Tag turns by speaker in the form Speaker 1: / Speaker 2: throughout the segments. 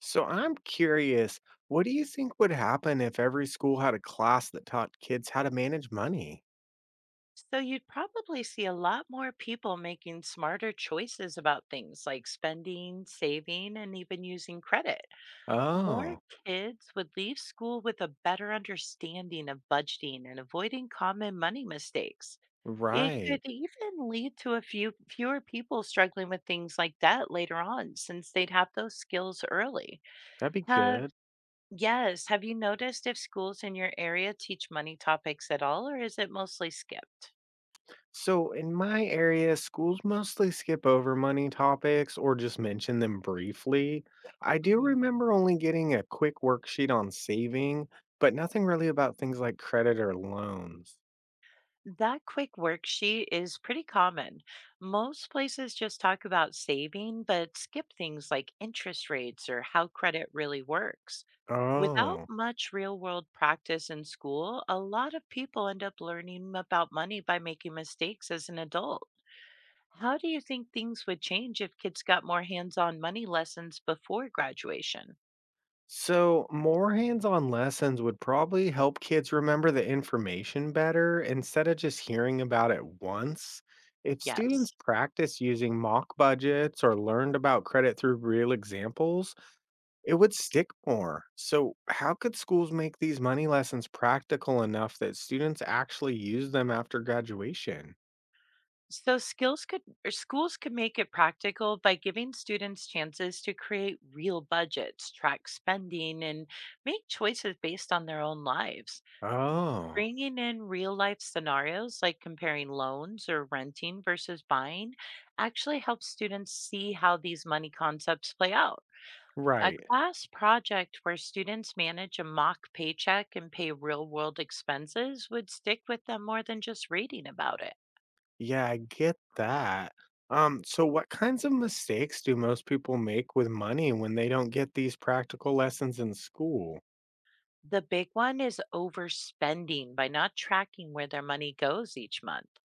Speaker 1: So I'm curious, what do you think would happen if every school had a class that taught kids how to manage money?
Speaker 2: So you'd probably see a lot more people making smarter choices about things like spending, saving, and even using credit. More
Speaker 1: Oh,
Speaker 2: kids would leave school with a better understanding of budgeting and avoiding common money mistakes. It could
Speaker 1: right.
Speaker 2: even lead to a few fewer people struggling with things like debt later on, since they'd have those skills early.
Speaker 1: That'd be
Speaker 2: Have
Speaker 1: good.
Speaker 2: Yes, have you noticed if schools in your area teach money topics at all, or is it mostly skipped?
Speaker 1: So in my area, schools mostly skip over money topics or just mention them briefly. I do
Speaker 2: Mhm.
Speaker 1: remember only getting a quick worksheet on saving, but nothing really about things like credit or loans.
Speaker 2: That quick worksheet is pretty common. Most places just talk about saving, but skip things like interest rates or how credit really works. Without
Speaker 1: Oh.
Speaker 2: much real world practice in school, a lot of people end up learning about money by making mistakes as an adult. How do you think things would change if kids got more hands on money lessons before graduation?
Speaker 1: So, more hands on lessons would probably help kids remember the information better instead of just hearing about it once. If students
Speaker 2: Yes.
Speaker 1: practice using mock budgets or learned about credit through real examples, it would stick more. So, how could schools make these money lessons practical enough that students actually use them after graduation?
Speaker 2: So skills could or schools could make it practical by giving students chances to create real budgets, track spending, and make choices based on their own lives.
Speaker 1: Oh,
Speaker 2: Bringing in real life scenarios like comparing loans or renting versus buying actually helps students see how these money concepts play out. A
Speaker 1: right.
Speaker 2: class project where students manage a mock paycheck and pay real world expenses would stick with them more than just reading about it.
Speaker 1: Yeah, I get that. So what kinds of mistakes do most people make with money when they don't get these practical lessons in school?
Speaker 2: The big one is overspending by not tracking where their money goes each month.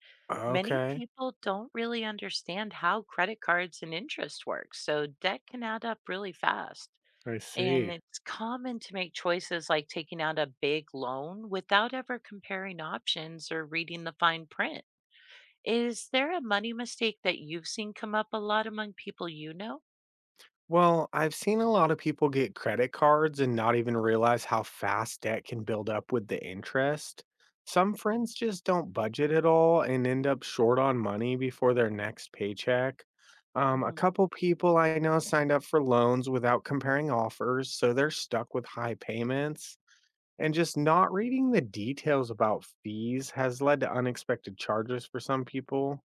Speaker 2: Many
Speaker 1: Okay,
Speaker 2: people don't really understand how credit cards and interest work, so debt can add up really fast.
Speaker 1: I
Speaker 2: And
Speaker 1: see.
Speaker 2: it's common to make choices like taking out a big loan without ever comparing options or reading the fine print. Is there a money mistake that you've seen come up a lot among people you know?
Speaker 1: Well, I've seen a lot of people get credit cards and not even realize how fast debt can build up with the interest. Some friends just don't budget at all and end up short on money before their next paycheck. A couple people I know signed up for loans without comparing offers, so they're stuck with high payments. And just not reading the details about fees has led to unexpected charges for some people.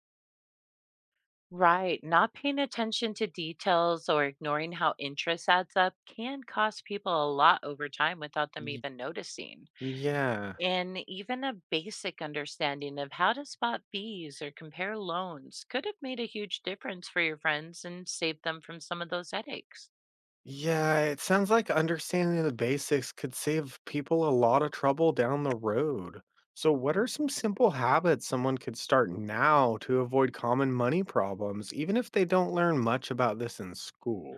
Speaker 2: Right. Not paying attention to details or ignoring how interest adds up can cost people a lot over time without them
Speaker 1: Y-
Speaker 2: even noticing.
Speaker 1: yeah.
Speaker 2: And even a basic understanding of how to spot fees or compare loans could have made a huge difference for your friends and saved them from some of those headaches.
Speaker 1: Yeah, it sounds like understanding the basics could save people a lot of trouble down the road. So, what are some simple habits someone could start now to avoid common money problems, even if they don't learn much about this in school?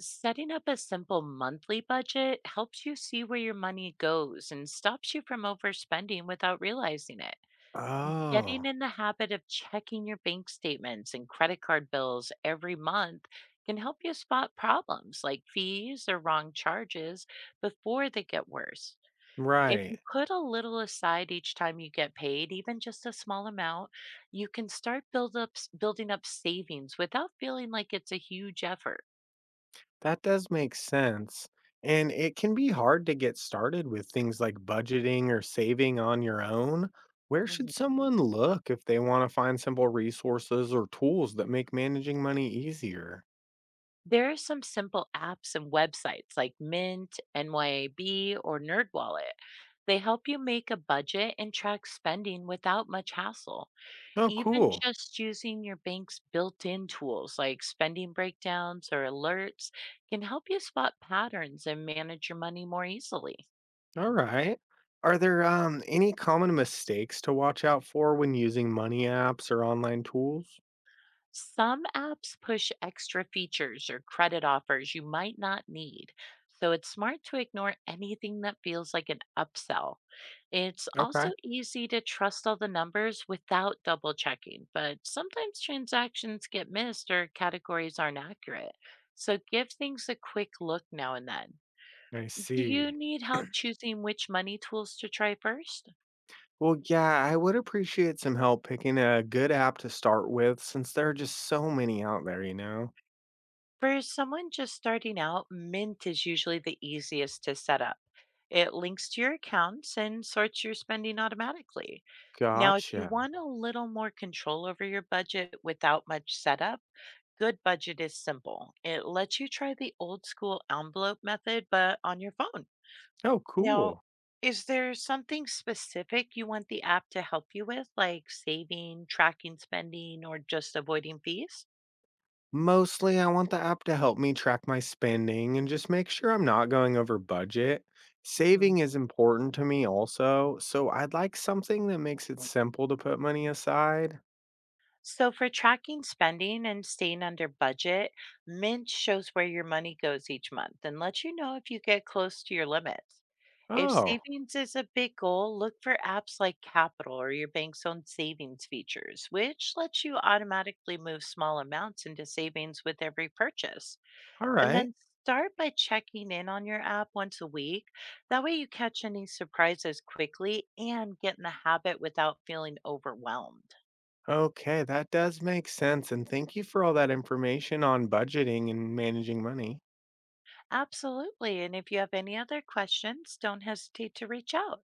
Speaker 2: Setting up a simple monthly budget helps you see where your money goes and stops you from overspending without realizing it. Getting
Speaker 1: Oh,
Speaker 2: in the habit of checking your bank statements and credit card bills every month can help you spot problems like fees or wrong charges before they get worse. If
Speaker 1: right.
Speaker 2: you put a little aside each time you get paid, even just a small amount, you can start building up savings without feeling like it's a huge effort.
Speaker 1: That does make sense. And it can be hard to get started with things like budgeting or saving on your own. Where should
Speaker 2: Mhm.
Speaker 1: someone look if they want to find simple resources or tools that make managing money easier?
Speaker 2: There are some simple apps and websites like Mint, NYAB, or NerdWallet. They help you make a budget and track spending without much hassle.
Speaker 1: Oh,
Speaker 2: Even
Speaker 1: cool.
Speaker 2: just using your bank's built in tools like spending breakdowns or alerts can help you spot patterns and manage your money more easily.
Speaker 1: All right. Are there any common mistakes to watch out for when using money apps or online tools?
Speaker 2: Some apps push extra features or credit offers you might not need, so it's smart to ignore anything that feels like an upsell. It's
Speaker 1: Okay.
Speaker 2: also easy to trust all the numbers without double checking, but sometimes transactions get missed or categories aren't accurate. So give things a quick look now and then.
Speaker 1: I
Speaker 2: Do you
Speaker 1: see.
Speaker 2: need help choosing which money tools to try first?
Speaker 1: Well, yeah, I would appreciate some help picking a good app to start with since there are just so many out there,
Speaker 2: For someone just starting out, Mint is usually the easiest to set up. It links to your accounts and sorts your spending automatically. Now, if you
Speaker 1: Gotcha.
Speaker 2: want a little more control over your budget without much setup, Good Budget is simple. It lets you try the old school envelope method, but on your phone.
Speaker 1: Oh,
Speaker 2: Now,
Speaker 1: cool.
Speaker 2: is there something specific you want the app to help you with, like saving, tracking spending, or just avoiding fees?
Speaker 1: Mostly, I want the app to help me track my spending and just make sure I'm not going over budget.
Speaker 2: Mhm.
Speaker 1: Saving is important to me also, so I'd like something that makes it simple to put money aside.
Speaker 2: So, for tracking spending and staying under budget, Mint shows where your money goes each month and lets you know if you get close to your limits. If
Speaker 1: Oh,
Speaker 2: savings is a big goal, look for apps like Capital or your bank's own savings features, which lets you automatically move small amounts into savings with every purchase.
Speaker 1: all
Speaker 2: And
Speaker 1: right.
Speaker 2: then start by checking in on your app once a week. That way, you catch any surprises quickly and get in the habit without feeling overwhelmed.
Speaker 1: Okay, that does make sense. And thank you for all that information on budgeting and managing money.
Speaker 2: Absolutely. And if you have any other questions, don't hesitate to reach out.